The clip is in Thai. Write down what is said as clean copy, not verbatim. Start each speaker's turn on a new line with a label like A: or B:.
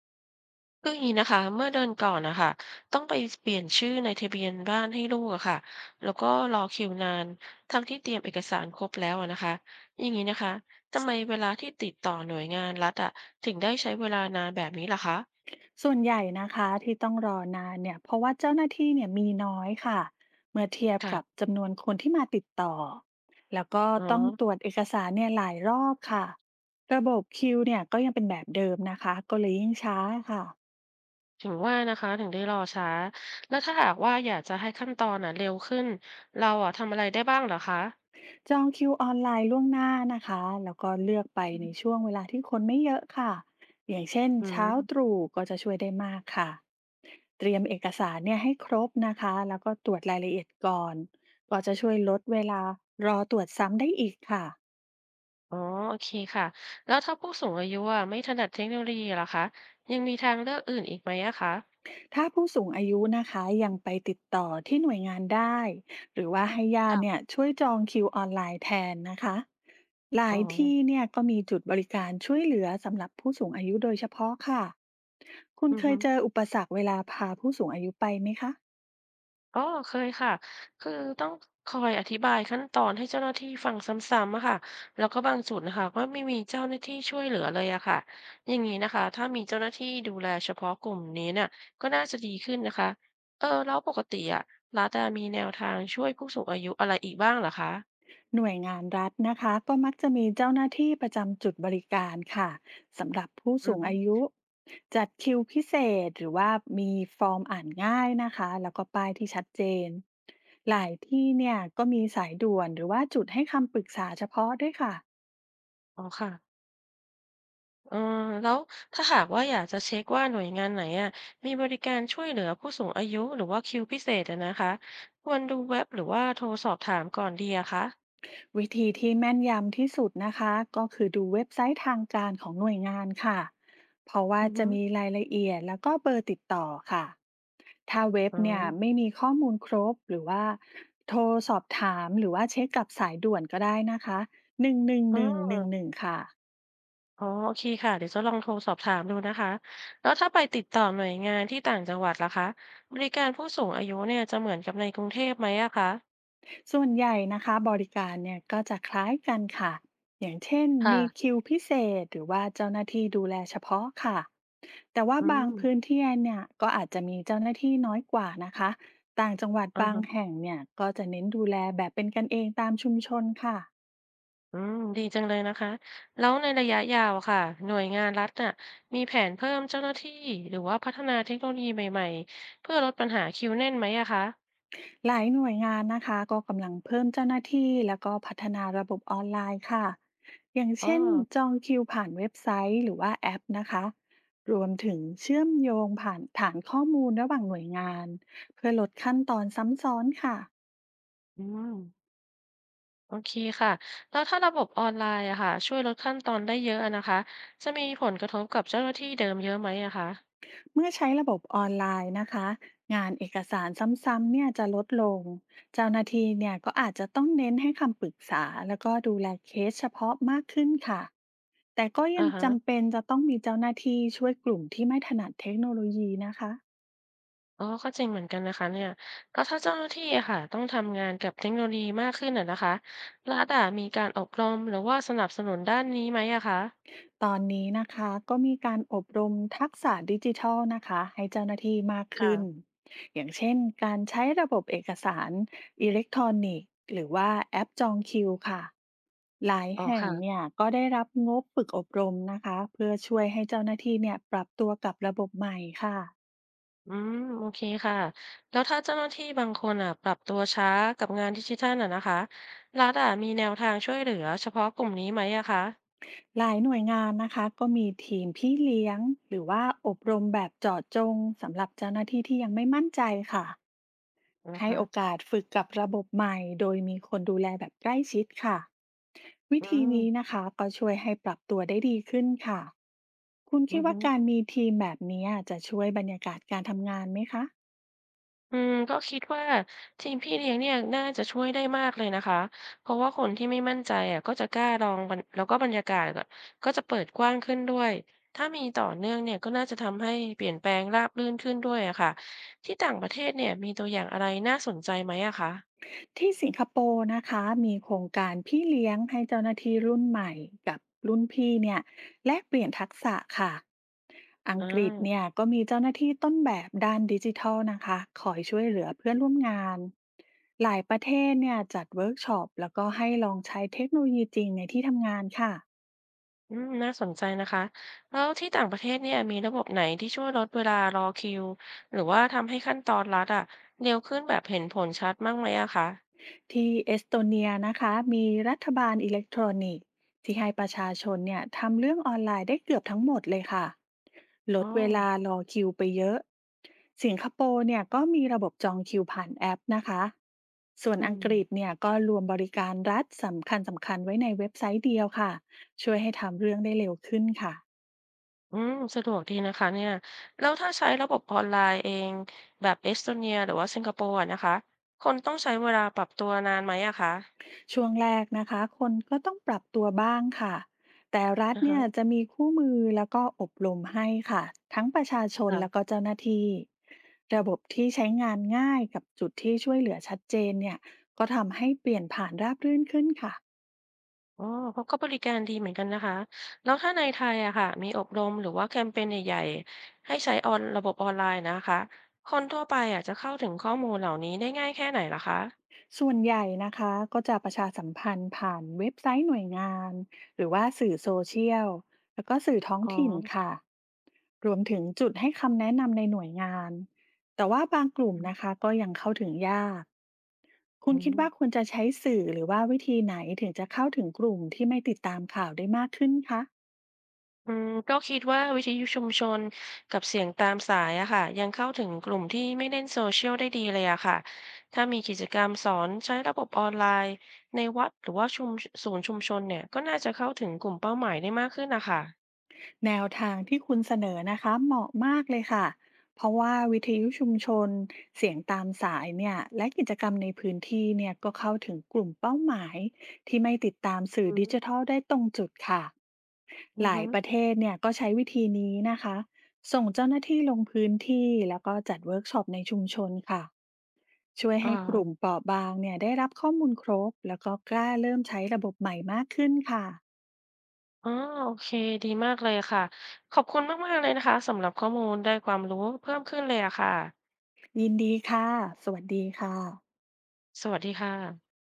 A: คืออย่างนี้นะคะเมื่อเดือนก่อนนะคะต้องไปเปลี่ยนชื่อในทะเบียนบ้านให้ลูกอะค่ะแล้วก็รอคิวนานทั้งที่เตรียมเอกสารครบแล้วอะนะคะอย่างนี้นะคะทำไมเวลาที่ติดต่อหน่วยงานรัฐอะถึงได้ใช้เวลานานแบบนี้ล่ะคะ
B: ส่วนใหญ่นะคะที่ต้องรอนานเนี่ยเพราะว่าเจ้าหน้าที่เนี่ยมีน้อยค่ะเมื่อเทียบ
A: ค่ะ
B: กับจำนวนคนที่มาติดต่อแล้วก็
A: อ๋อ
B: ต้องตรวจเอกสารเนี่ยหลายรอบค่ะระบบคิวเนี่ยก็ยังเป็นแบบเดิมนะคะก็เลยยิ่งช้าค่ะ
A: ถึงว่านะคะถึงได้รอช้าแล้วถ้าหากว่าอยากจะให้ขั้นตอนน่ะเร็วขึ้นเราอะทำอะไรได้บ้างเหรอคะ
B: จองคิวออนไลน์ล่วงหน้านะคะ แล้วก็เลือกไปในช่วงเวลาที่คนไม่เยอะค่ะ อย่างเช่น
A: อื
B: เช้า
A: ม
B: ตรู่ก็จะช่วยได้มากค่ะเตรียมเอกสารเนี่ยให้ครบนะคะแล้วก็ตรวจรายละเอียดก่อน ก็จะช่วยลดเวลารอตรวจซ้ำได้อีกค่ะ
A: อ๋อโอเคค่ะแล้วถ้าผู้สูงอายุอะไม่ถนัดเทคโนโลยีล่ะคะยังมีทางเลือกอื่นอีกไหมอะคะ
B: ถ้าผู้สูงอายุนะคะยังไปติดต่อที่หน่วยงานได้หรือว่าให้ญาติเนี่ย
A: ค่ะ
B: ช่วยจองคิวออนไลน์แทนนะคะห
A: อ๋
B: ลา
A: อ
B: ยที่เนี่ยก็มีจุดบริการช่วยเหลือสำหรับผู้สูงอายุโดยเฉพาะค่ะคุณ
A: อือ
B: เค
A: ฮึ
B: ยเจออุปสรรคเวลาพาผู้สูงอายุไปไหมคะ
A: อ๋อเคยค่ะคือต้องคอยอธิบายขั้นตอนให้เจ้าหน้าที่ฟังซ้ำๆอะค่ะแล้วก็บางจุดนะคะก็ไม่มีเจ้าหน้าที่ช่วยเหลือเลยอะค่ะอย่างนี้นะคะถ้ามีเจ้าหน้าที่ดูแลเฉพาะกลุ่มนี้เนี่ยก็น่าจะดีขึ้นนะคะเออแล้วปกติอะรัฐอะมีแนวทางช่วยผู้สูงอายุอะไรอีกบ้างเหรอคะ
B: หน่วยงานรัฐนะคะก็มักจะมีเจ้าหน้าที่ประจำจุดบริการค่ะสำหรับผู้
A: อื
B: สู
A: อ
B: ง
A: ฮึ
B: อายุจัดคิวพิเศษหรือว่ามีฟอร์มอ่านง่ายนะคะแล้วก็ป้ายที่ชัดเจนหลายที่เนี่ยก็มีสายด่วนหรือว่าจุดให้คำปรึกษาเฉพาะด้วยค่ะ
A: อ๋อค่ะ เออแล้วถ้าหากว่าอยากจะเช็คว่าหน่วยงานไหนอะมีบริการช่วยเหลือผู้สูงอายุหรือว่าคิวพิเศษอะนะคะควรดูเว็บหรือว่าโทรสอบถามก่อนดีอะคะ
B: วิธีที่แม่นยำที่สุดนะคะก็คือดูเว็บไซต์ทางการของหน่วยงานค่ะเพราะว่า
A: อือ
B: จะ
A: ฮึ
B: มีรายละเอียดแล้วก็เบอร์ติดต่อค่ะ ถ้าเว็บ
A: อ๋อ
B: เนี่ยไม่มีข้อมูลครบหรือว่าโทรสอบถามหรือว่าเช็คกับสายด่วนก็ได้นะคะหนึ่งหนึ่ง
A: อ๋อ
B: หนึ่งหนึ่งหนึ่งค่ะ
A: อ๋อโอเคค่ะเดี๋ยวจะลองโทรสอบถามดูนะคะแล้วถ้าไปติดต่อหน่วยงานที่ต่างจังหวัดล่ะคะบริการผู้สูงอายุเนี่ยจะเหมือนกับในกรุงเทพไหมอะคะ
B: ส่วนใหญ่นะคะบริการเนี่ยก็จะคล้ายกันค่ะอย่างเช่น
A: ค่ะ
B: มีคิวพิเศษหรือว่าเจ้าหน้าที่ดูแลเฉพาะค่ะแต่ว่า
A: อื
B: บาง
A: ม
B: พื้นที่เนี่ยก็อาจจะมีเจ้าหน้าที่น้อยกว่านะคะต่างจังหวัด
A: อ่า
B: บาง
A: ฮะ
B: แห่งเนี่ยก็จะเน้นดูแลแบบเป็นกันเองตามชุมชนค่ะ
A: อืมดีจังเลยนะคะแล้วในระยะยาวอะค่ะหน่วยงานรัฐน่ะมีแผนเพิ่มเจ้าหน้าที่หรือว่าพัฒนาเทคโนโลยีใหม่ๆเพื่อลดปัญหาคิวแน่นไหมอะคะ
B: หลายหน่วยงานนะคะก็กำลังเพิ่มเจ้าหน้าที่แล้วก็พัฒนาระบบออนไลน์ค่ะอย่าง
A: อ๋อ
B: เช่นจองคิวผ่านเว็บไซต์หรือว่าแอปนะคะรวมถึงเชื่อมโยงผ่านฐานข้อมูลระหว่างหน่วยงานเพื่อลดขั้นตอนซ้ำซ้อนค่ะ
A: อืมโอเคค่ะแล้วถ้าระบบออนไลน์อะค่ะช่วยลดขั้นตอนได้เยอะอะนะคะจะมีผลกระทบกับเจ้าหน้าที่เดิมเยอะไหมอะคะ
B: เมื่อใช้ระบบออนไลน์นะคะงานเอกสารซ้ำๆเนี่ยจะลดลงเจ้าหน้าที่เนี่ยก็อาจจะต้องเน้นให้คำปรึกษาแล้วก็ดูแลเคสเฉพาะมากขึ้นค่ะแต่ก็
A: อ่า
B: ยัง
A: ฮะ
B: จำเป็นจะต้องมีเจ้าหน้าที่ช่วยกลุ่มที่ไม่ถนัดเทคโนโลยีนะคะ
A: อ๋อก็จริงเหมือนกันนะคะเนี่ยแล้วถ้าเจ้าหน้าที่อะค่ะต้องทำงานกับเทคโนโลยีมากขึ้นอะนะคะรัฐอะมีการอบรมหรือว่าสนับสนุนด้านนี้ไหมอะคะ
B: ตอนนี้นะคะก็มีการอบรมทักษะดิจิทัลนะคะให้เจ้าหน้าที่มากขึ้น
A: ค่ะ
B: อย่างเช่นการใช้ระบบเอกสารอิเล็กทรอนิกส์หรือว่าแอปจองคิวค่ะหลาย
A: อ๋อ
B: แห่งเนี่ย
A: ค่ะ
B: ก็ได้รับงบฝึกอบรมนะคะเพื่อช่วยให้เจ้าหน้าที่เนี่ยปรับตัวกับระบบใหม่ค่ะ
A: อืมโอเคค่ะแล้วถ้าเจ้าหน้าที่บางคนอ่ะปรับตัวช้ากับงานดิจิทัลอ่ะนะคะรัฐอ่ะมีแนวทางช่วยเหลือเฉพาะกลุ่มนี้ไหมอะคะ
B: หลายหน่วยงานนะคะก็มีทีมพี่เลี้ยงหรือว่าอบรมแบบเจาะจงสำหรับเจ้าหน้าที่ที่ยังไม่มั่นใจค่ะ
A: นะ
B: ให้
A: คะ
B: โอกาสฝึกกับระบบใหม่โดยมีคนดูแลแบบใกล้ชิดค่ะวิ
A: อื
B: ธี
A: ม
B: นี้นะคะก็ช่วยให้ปรับตัวได้ดีขึ้นค่ะคุณ
A: อื
B: คิด
A: อ
B: ว่า
A: ฮึ
B: การมีทีมแบบนี้จะช่วยบรรยากาศการทำงานไหมคะ
A: อืมคิดว่าทีมพี่เลี้ยงเนี่ยน่าจะช่วยได้มากเลยนะคะเพราะว่าคนที่ไม่มั่นใจอ่ะก็จะกล้าลองบรรแล้วก็บรรยากาศก็จะเปิดกว้างขึ้นด้วยถ้ามีต่อเนื่องเนี่ยก็น่าจะทำให้เปลี่ยนแปลงราบรื่นขึ้นด้วยอะค่ะที่ต่างประเทศเนี่ยมีตัวอย่างอะไรน่าสนใจไหมอะคะ
B: ที่สิงคโปร์นะคะมีโครงการพี่เลี้ยงให้เจ้าหน้าที่รุ่นใหม่กับรุ่นพี่เนี่ยแลกเปลี่ยนทักษะค่ะอัง
A: อ
B: กฤษเนี่
A: า
B: ยก็มีเจ้าหน้าที่ต้นแบบด้านดิจิทัลนะคะคอยช่วยเหลือเพื่อนร่วมงานหลายประเทศเนี่ยจัดเวิร์กช็อปแล้วก็ให้ลองใช้เทคโนโลยีจริงในที่ทำงานค่ะ
A: อืมน่าสนใจนะคะ แล้วที่ต่างประเทศเนี่ยมีระบบไหนที่ช่วยลดเวลารอคิวหรือว่าทำให้ขั้นตอนรัดอะเร็วขึ้นแบบเห็นผลชัดบ้างไหมอะคะ
B: ที่เอสโตเนียนะคะมีรัฐบาลอิเล็กทรอนิกส์ที่ให้ประชาชนเนี่ยทำเรื่องออนไลน์ได้เกือบทั้งหมดเลยค่ะล
A: อ๋อ
B: ดเวลารอคิวไปเยอะสิงคโปร์เนี่ยก็มีระบบจองคิวผ่านแอปนะคะส่วน
A: อื
B: อั
A: ม
B: งกฤษเนี่ยก็รวมบริการรัฐสำคัญสำคัญไว้ในเว็บไซต์เดียวค่ะช่วยให้ทำเรื่องได้เร็วขึ้นค่ะ
A: อืมสะดวกดีนะคะเนี่ย แล้วถ้าใช้ระบบออนไลน์เองแบบเอสโตเนียหรือว่าสิงคโปร์อะนะคะ คนต้องใช้เวลาปรับตัวนานไหมอะคะ
B: ช่วงแรกนะคะคนก็ต้องปรับตัวบ้างค่ะแต่รั
A: อ
B: ฐ
A: อฮะ
B: เนี่ยจะมีคู่มือแล้วก็อบรมให้ค่ะทั้งประชาชนแล้วก็
A: ค่ะ
B: เจ้าหน้าที่ระบบที่ใช้งานง่ายกับจุดที่ช่วยเหลือชัดเจนเนี่ยก็ทำให้เปลี่ยนผ่านราบรื่นขึ้นค่ะ
A: อ๋อเขาก็บริการดีเหมือนกันนะคะแล้วถ้าในไทยอะค่ะมีอบรมหรือว่าแคมเปญใหญ่ๆให้ใช้ออนระบบออนไลน์นะคะคนทั่วไปอะจะเข้าถึงข้อมูลเหล่านี้ได้ง่ายแค่ไหนล่ะคะ
B: ส่วนใหญ่นะคะก็จะประชาสัมพันธ์ผ่านเว็บไซต์หน่วยงานหรือว่าสื่อโซเชียลแล้วก็สื่อท้อง
A: อ๋อ
B: ถิ่นค่ะรวมถึงจุดให้คำแนะนำในหน่วยงานแต่ว่าบางกลุ่มนะ
A: อื
B: คะก็ยังเข้าถึงยากคุณ
A: ม
B: คิดว่าควรจะใช้สื่อหรือว่าวิธีไหนถึงจะเข้าถึงกลุ่มที่ไม่ติดตามข่าวได้มากขึ้นคะ
A: อืมคิดว่าวิทยุชุมชนกับเสียงตามสายอะค่ะยังเข้าถึงกลุ่มที่ไม่เล่นโซเชียลได้ดีเลยอะค่ะถ้ามีกิจกรรมสอนใช้ระบบออนไลน์ในวัดหรือว่าชุมศูนย์ชุมชนเนี่ยก็น่าจะเข้าถึงกลุ่มเป้าหมายได้มากขึ้นนะคะ
B: แนวทางที่คุณเสนอนะคะเหมาะมากเลยค่ะ เพราะว่าวิทยุชุมชนเสียงตามสายเนี่ยและกิจกรรมในพื้นที่เนี่ยก็เข้าถึงกลุ่มเป้าหมายที่ไม่ติดตามสื่อ
A: อื
B: ดิ
A: ม
B: จิทัลได้ตรงจุดค่ะ
A: อื
B: ห
A: อ
B: ลา
A: ฮึ
B: ยประเทศเนี่ยก็ใช้วิธีนี้นะคะ ส่งเจ้าหน้าที่ลงพื้นที่แล้วก็จัดเวิร์กช็อปในชุมชนค่ะ ช่วย
A: อ่า
B: ให้กลุ่มเปราะบางเนี่ยได้รับข้อมูลครบแล้วก็กล้าเริ่มใช้ระบบใหม่มากขึ้นค่ะ
A: อ๋อโอเค ดีมากเลยค่ะ ขอบคุณมากๆเลยนะคะสำหรับข้อมูล ได้ความรู้เพิ่มขึ้นเลยอะค่ะ
B: ยินดีค่ะสวัสดีค่ะ
A: สวัสดีค่ะ